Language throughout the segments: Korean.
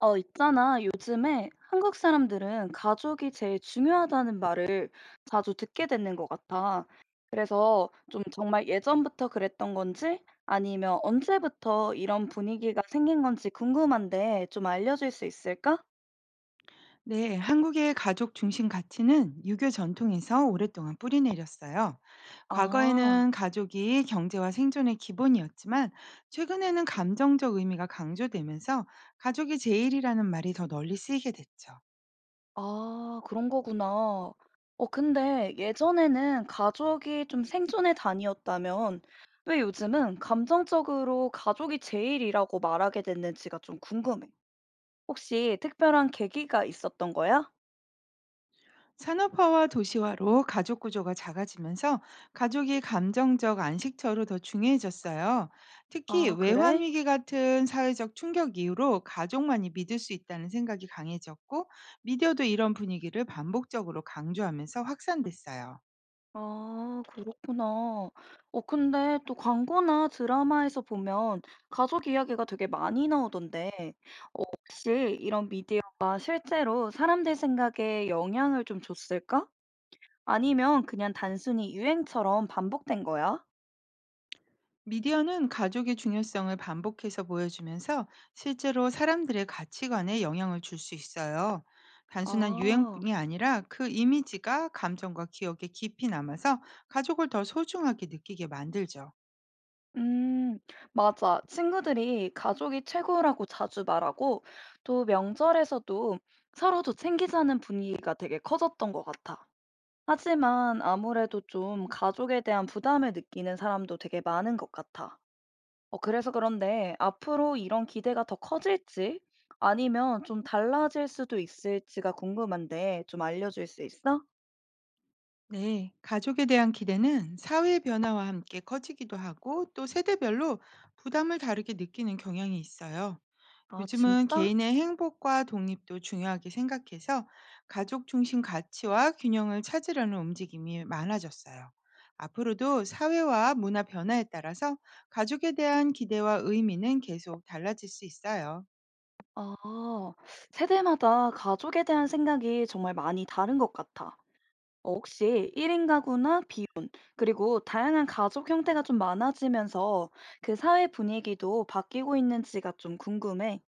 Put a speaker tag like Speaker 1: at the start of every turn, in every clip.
Speaker 1: 있잖아. 요즘에 한국 사람들은 가족이 제일 중요하다는 말을 자주 듣게 되는 것 같아. 그래서 좀 정말 예전부터 그랬던 건지 아니면 언제부터 이런 분위기가 생긴 건지 궁금한데 좀 알려줄 수 있을까?
Speaker 2: 네, 한국의 가족 중심 가치는 유교 전통에서 오랫동안 뿌리 내렸어요.
Speaker 1: 아,
Speaker 2: 과거에는 가족이 경제와 생존의 기본이었지만 최근에는 감정적 의미가 강조되면서 가족이 제일이라는 말이 더 널리 쓰이게 됐죠.
Speaker 1: 아, 그런 거구나. 근데 예전에는 가족이 좀 생존의 단위였다면 왜 요즘은 감정적으로 가족이 제일이라고 말하게 됐는지가 좀 궁금해. 혹시 특별한 계기가 있었던 거야?
Speaker 2: 산업화와 도시화로 가족 구조가 작아지면서 가족이 감정적 안식처로 더 중요해졌어요. 특히
Speaker 1: 아
Speaker 2: 외환
Speaker 1: 그래?
Speaker 2: 위기 같은 사회적 충격 이후로 가족만이 믿을 수 있다는 생각이 강해졌고 미디어도 이런 분위기를 반복적으로 강조하면서 확산됐어요.
Speaker 1: 아 그렇구나. 근데 또 광고나 드라마에서 보면 가족 이야기가 되게 많이 나오던데 혹시 이런 미디어가 실제로 사람들 생각에 영향을 좀 줬을까? 아니면 그냥 단순히 유행처럼 반복된 거야?
Speaker 2: 미디어는 가족의 중요성을 반복해서 보여주면서 실제로 사람들의 가치관에 영향을 줄 수 있어요. 단순한
Speaker 1: 아.
Speaker 2: 유행뿐이 아니라 그 이미지가 감정과 기억에 깊이 남아서 가족을 더 소중하게 느끼게 만들죠.
Speaker 1: 음, 맞아. 친구들이 가족이 최고라고 자주 말하고, 또 명절에서도 서로도 챙기자는 분위기가 되게 커졌던 것 같아. 하지만 아무래도 좀 가족에 대한 부담을 느끼는 사람도 되게 많은 것 같아. 그래서 그런데 앞으로 이런 기대가 더 커질지, 아니면 좀 달라질 수도 있을지가 궁금한데 좀 알려줄 수 있어?
Speaker 2: 네, 가족에 대한 기대는 사회 변화와 함께 커지기도 하고 또 세대별로 부담을 다르게 느끼는 경향이 있어요.
Speaker 1: 아,
Speaker 2: 요즘은
Speaker 1: 진짜?
Speaker 2: 개인의 행복과 독립도 중요하게 생각해서 가족 중심 가치와 균형을 찾으려는 움직임이 많아졌어요. 앞으로도 사회와 문화 변화에 따라서 가족에 대한 기대와 의미는 계속 달라질 수 있어요.
Speaker 1: 아, 세대마다 가족에 대한 생각이 정말 많이 다른 것 같아. 혹시 1인 가구나 비혼, 그리고 다양한 가족 형태가 좀 많아지면서 그 사회 분위기도 바뀌고 있는지가 좀 궁금해.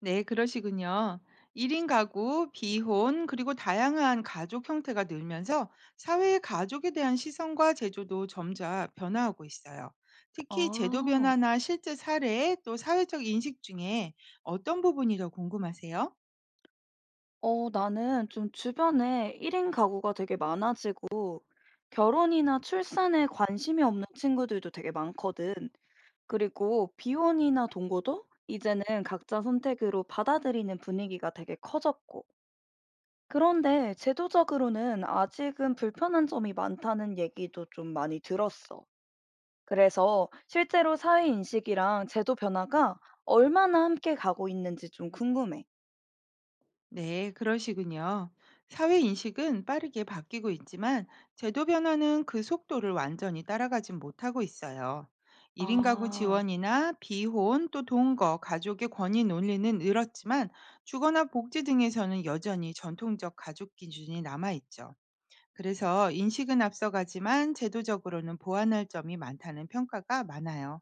Speaker 2: 네, 그러시군요. 1인 가구, 비혼, 그리고 다양한 가족 형태가 늘면서 사회의 가족에 대한 시선과 제조도 점차 변화하고 있어요. 특히 제도
Speaker 1: 아,
Speaker 2: 변화나 실제 사례 또 사회적 인식 중에 어떤 부분이 더 궁금하세요?
Speaker 1: 나는 좀 주변에 1인 가구가 되게 많아지고 결혼이나 출산에 관심이 없는 친구들도 되게 많거든. 그리고 비혼이나 동거도 이제는 각자 선택으로 받아들이는 분위기가 되게 커졌고. 그런데 제도적으로는 아직은 불편한 점이 많다는 얘기도 좀 많이 들었어. 그래서 실제로 사회 인식이랑 제도 변화가 얼마나 함께 가고 있는지 좀 궁금해.
Speaker 2: 네, 그러시군요. 사회 인식은 빠르게 바뀌고 있지만 제도 변화는 그 속도를 완전히 따라가진 못하고 있어요. 1인 가구
Speaker 1: 아,
Speaker 2: 지원이나 비혼 또 동거, 가족의 권위 논리는 늘었지만 주거나 복지 등에서는 여전히 전통적 가족 기준이 남아 있죠. 그래서 인식은 앞서가지만 제도적으로는 보완할 점이 많다는 평가가 많아요.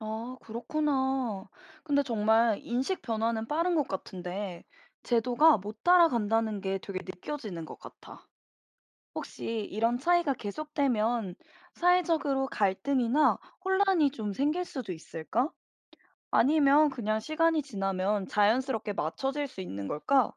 Speaker 1: 아, 그렇구나. 근데 정말 인식 변화는 빠른 것 같은데 제도가 못 따라간다는 게 되게 느껴지는 것 같아. 혹시 이런 차이가 계속되면 사회적으로 갈등이나 혼란이 좀 생길 수도 있을까? 아니면 그냥 시간이 지나면 자연스럽게 맞춰질 수 있는 걸까?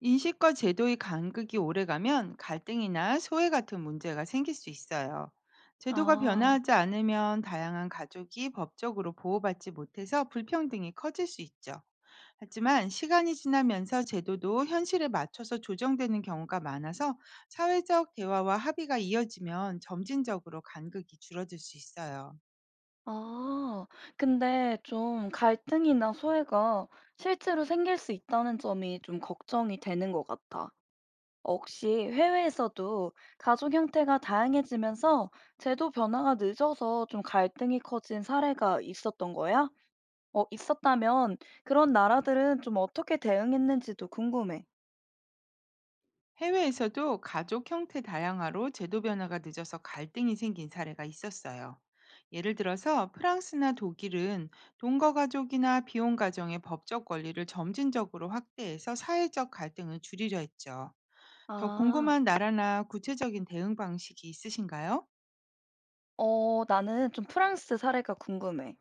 Speaker 2: 인식과 제도의 간극이 오래가면 갈등이나 소외 같은 문제가 생길 수 있어요. 제도가
Speaker 1: 아,
Speaker 2: 변화하지 않으면 다양한 가족이 법적으로 보호받지 못해서 불평등이 커질 수 있죠. 하지만 시간이 지나면서 제도도 현실에 맞춰서 조정되는 경우가 많아서 사회적 대화와 합의가 이어지면 점진적으로 간극이 줄어들 수 있어요.
Speaker 1: 아, 근데 좀 갈등이나 소외가 실제로 생길 수 있다는 점이 좀 걱정이 되는 것 같아. 혹시 해외에서도 가족 형태가 다양해지면서 제도 변화가 늦어서 좀 갈등이 커진 사례가 있었던 거야? 있었다면 그런 나라들은 좀 어떻게 대응했는지도 궁금해.
Speaker 2: 해외에서도 가족 형태 다양화로 제도 변화가 늦어서 갈등이 생긴 사례가 있었어요. 예를 들어서 프랑스나 독일은 동거 가족이나 비혼 가정의 법적 권리를 점진적으로 확대해서 사회적 갈등을 줄이려 했죠. 더
Speaker 1: 아,
Speaker 2: 궁금한 나라나 구체적인 대응 방식이 있으신가요?
Speaker 1: 나는 좀 프랑스 사례가 궁금해.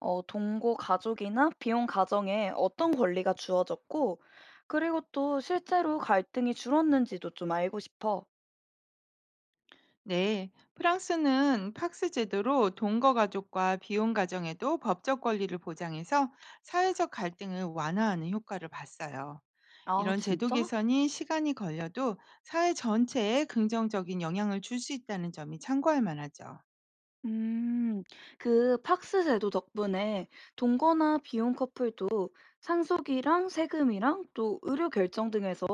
Speaker 1: 동거 가족이나 비혼 가정에 어떤 권리가 주어졌고, 그리고 또 실제로 갈등이 줄었는지도 좀 알고 싶어.
Speaker 2: 네, 프랑스는 팍스 제도로 동거 가족과 비혼 가정에도 법적 권리를 보장해서 사회적 갈등을 완화하는 효과를 봤어요.
Speaker 1: 아,
Speaker 2: 이런 제도
Speaker 1: 진짜?
Speaker 2: 개선이 시간이 걸려도 사회 전체에 긍정적인 영향을 줄 수 있다는 점이 참고할 만하죠.
Speaker 1: 음, 그 팍스 제도 덕분에 동거나 비혼 커플도 상속이랑 세금이랑 또 의료 결정 등에서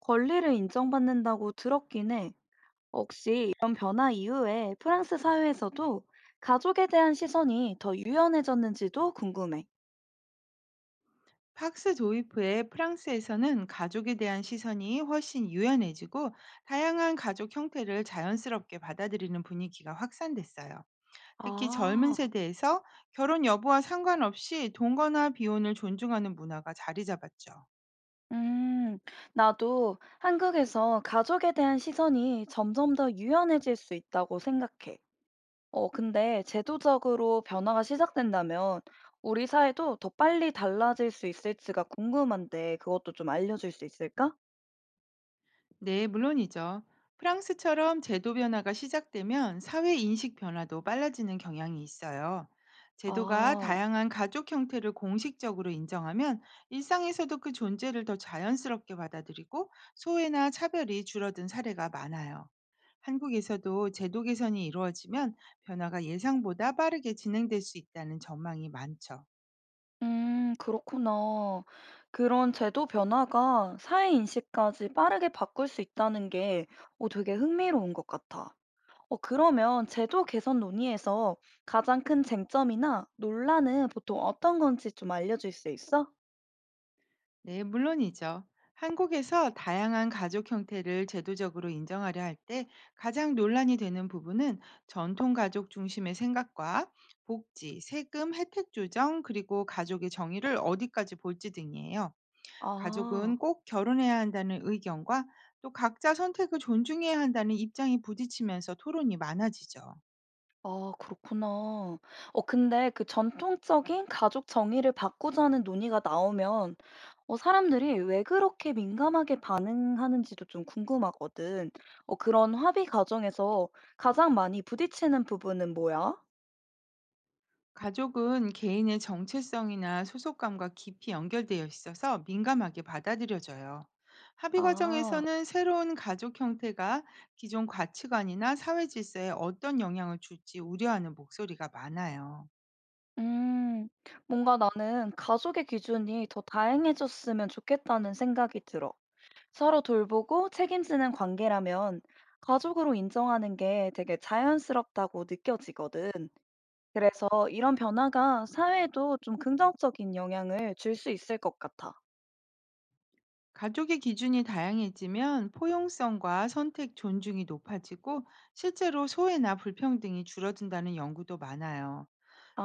Speaker 1: 권리를 인정받는다고 들었긴 해. 혹시 이런 변화 이후에 프랑스 사회에서도 가족에 대한 시선이 더 유연해졌는지도 궁금해.
Speaker 2: 팍스 도입 후에 프랑스에서는 가족에 대한 시선이 훨씬 유연해지고 다양한 가족 형태를 자연스럽게 받아들이는 분위기가 확산됐어요. 특히 젊은
Speaker 1: 아.
Speaker 2: 세대에서 결혼 여부와 상관없이 동거나 비혼을 존중하는 문화가 자리 잡았죠.
Speaker 1: 음, 나도 한국에서 가족에 대한 시선이 점점 더 유연해질 수 있다고 생각해. 근데 제도적으로 변화가 시작된다면 우리 사회도 더 빨리 달라질 수 있을지가 궁금한데 그것도 좀 알려줄 수 있을까?
Speaker 2: 네, 물론이죠. 프랑스처럼 제도 변화가 시작되면 사회 인식 변화도 빨라지는 경향이 있어요. 제도가
Speaker 1: 아,
Speaker 2: 다양한 가족 형태를 공식적으로 인정하면 일상에서도 그 존재를 더 자연스럽게 받아들이고 소외나 차별이 줄어든 사례가 많아요. 한국에서도 제도 개선이 이루어지면 변화가 예상보다 빠르게 진행될 수 있다는 전망이 많죠.
Speaker 1: 그렇구나. 그런 제도 변화가 사회 인식까지 빠르게 바꿀 수 있다는 게 되게 흥미로운 것 같아. 그러면 제도 개선 논의에서 가장 큰 쟁점이나 논란은 보통 어떤 건지 좀 알려줄 수 있어?
Speaker 2: 네, 물론이죠. 한국에서 다양한 가족 형태를 제도적으로 인정하려 할 때 가장 논란이 되는 부분은 전통 가족 중심의 생각과 복지, 세금, 혜택 조정, 그리고 가족의 정의를 어디까지 볼지 등이에요. 가족은
Speaker 1: 아,
Speaker 2: 꼭 결혼해야 한다는 의견과 또 각자 선택을 존중해야 한다는 입장이 부딪히면서 토론이 많아지죠.
Speaker 1: 아, 그렇구나. 근데 그 전통적인 가족 정의를 바꾸자는 논의가 나오면 사람들이 왜 그렇게 민감하게 반응하는지도 좀 궁금하거든. 그런 합의 과정에서 가장 많이 부딪히는 부분은 뭐야?
Speaker 2: 가족은 개인의 정체성이나 소속감과 깊이 연결되어 있어서 민감하게 받아들여져요. 합의
Speaker 1: 아.
Speaker 2: 과정에서는 새로운 가족 형태가 기존 가치관이나 사회 질서에 어떤 영향을 줄지 우려하는 목소리가 많아요.
Speaker 1: 음, 뭔가 나는 가족의 기준이 더 다양해졌으면 좋겠다는 생각이 들어. 서로 돌보고 책임지는 관계라면 가족으로 인정하는 게 되게 자연스럽다고 느껴지거든. 그래서 이런 변화가 사회에도 좀 긍정적인 영향을 줄 수 있을 것 같아.
Speaker 2: 가족의 기준이 다양해지면 포용성과 선택 존중이 높아지고 실제로 소외나 불평등이 줄어든다는 연구도 많아요.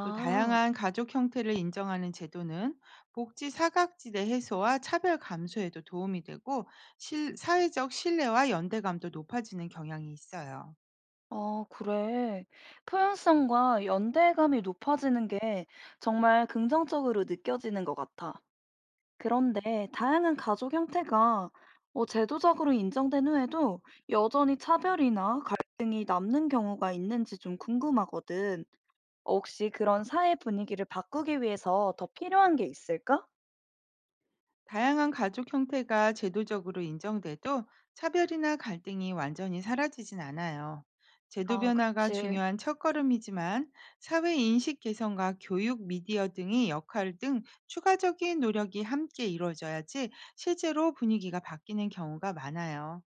Speaker 2: 또 다양한 가족 형태를 인정하는 제도는 복지 사각지대 해소와 차별 감소에도 도움이 되고 사회적 신뢰와 연대감도 높아지는 경향이 있어요.
Speaker 1: 아, 그래. 포용성과 연대감이 높아지는 게 정말 긍정적으로 느껴지는 것 같아. 그런데 다양한 가족 형태가 제도적으로 인정된 후에도 여전히 차별이나 갈등이 남는 경우가 있는지 좀 궁금하거든. 혹시 그런 사회 분위기를 바꾸기 위해서 더 필요한 게 있을까?
Speaker 2: 다양한 가족 형태가 제도적으로 인정돼도 차별이나 갈등이 완전히 사라지진 않아요. 제도
Speaker 1: 아,
Speaker 2: 변화가
Speaker 1: 그치.
Speaker 2: 중요한 첫걸음이지만 사회 인식 개선과 교육, 미디어 등의 역할 등 추가적인 노력이 함께 이루어져야지 실제로 분위기가 바뀌는 경우가 많아요.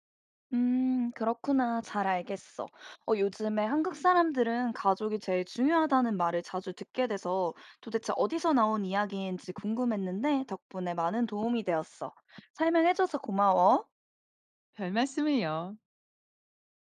Speaker 1: 그렇구나. 잘 알겠어. 요즘에 한국 사람들은 가족이 제일 중요하다는 말을 자주 듣게 돼서 도대체 어디서 나온 이야기인지 궁금했는데 덕분에 많은 도움이 되었어. 설명해줘서 고마워.
Speaker 2: 별말씀을요.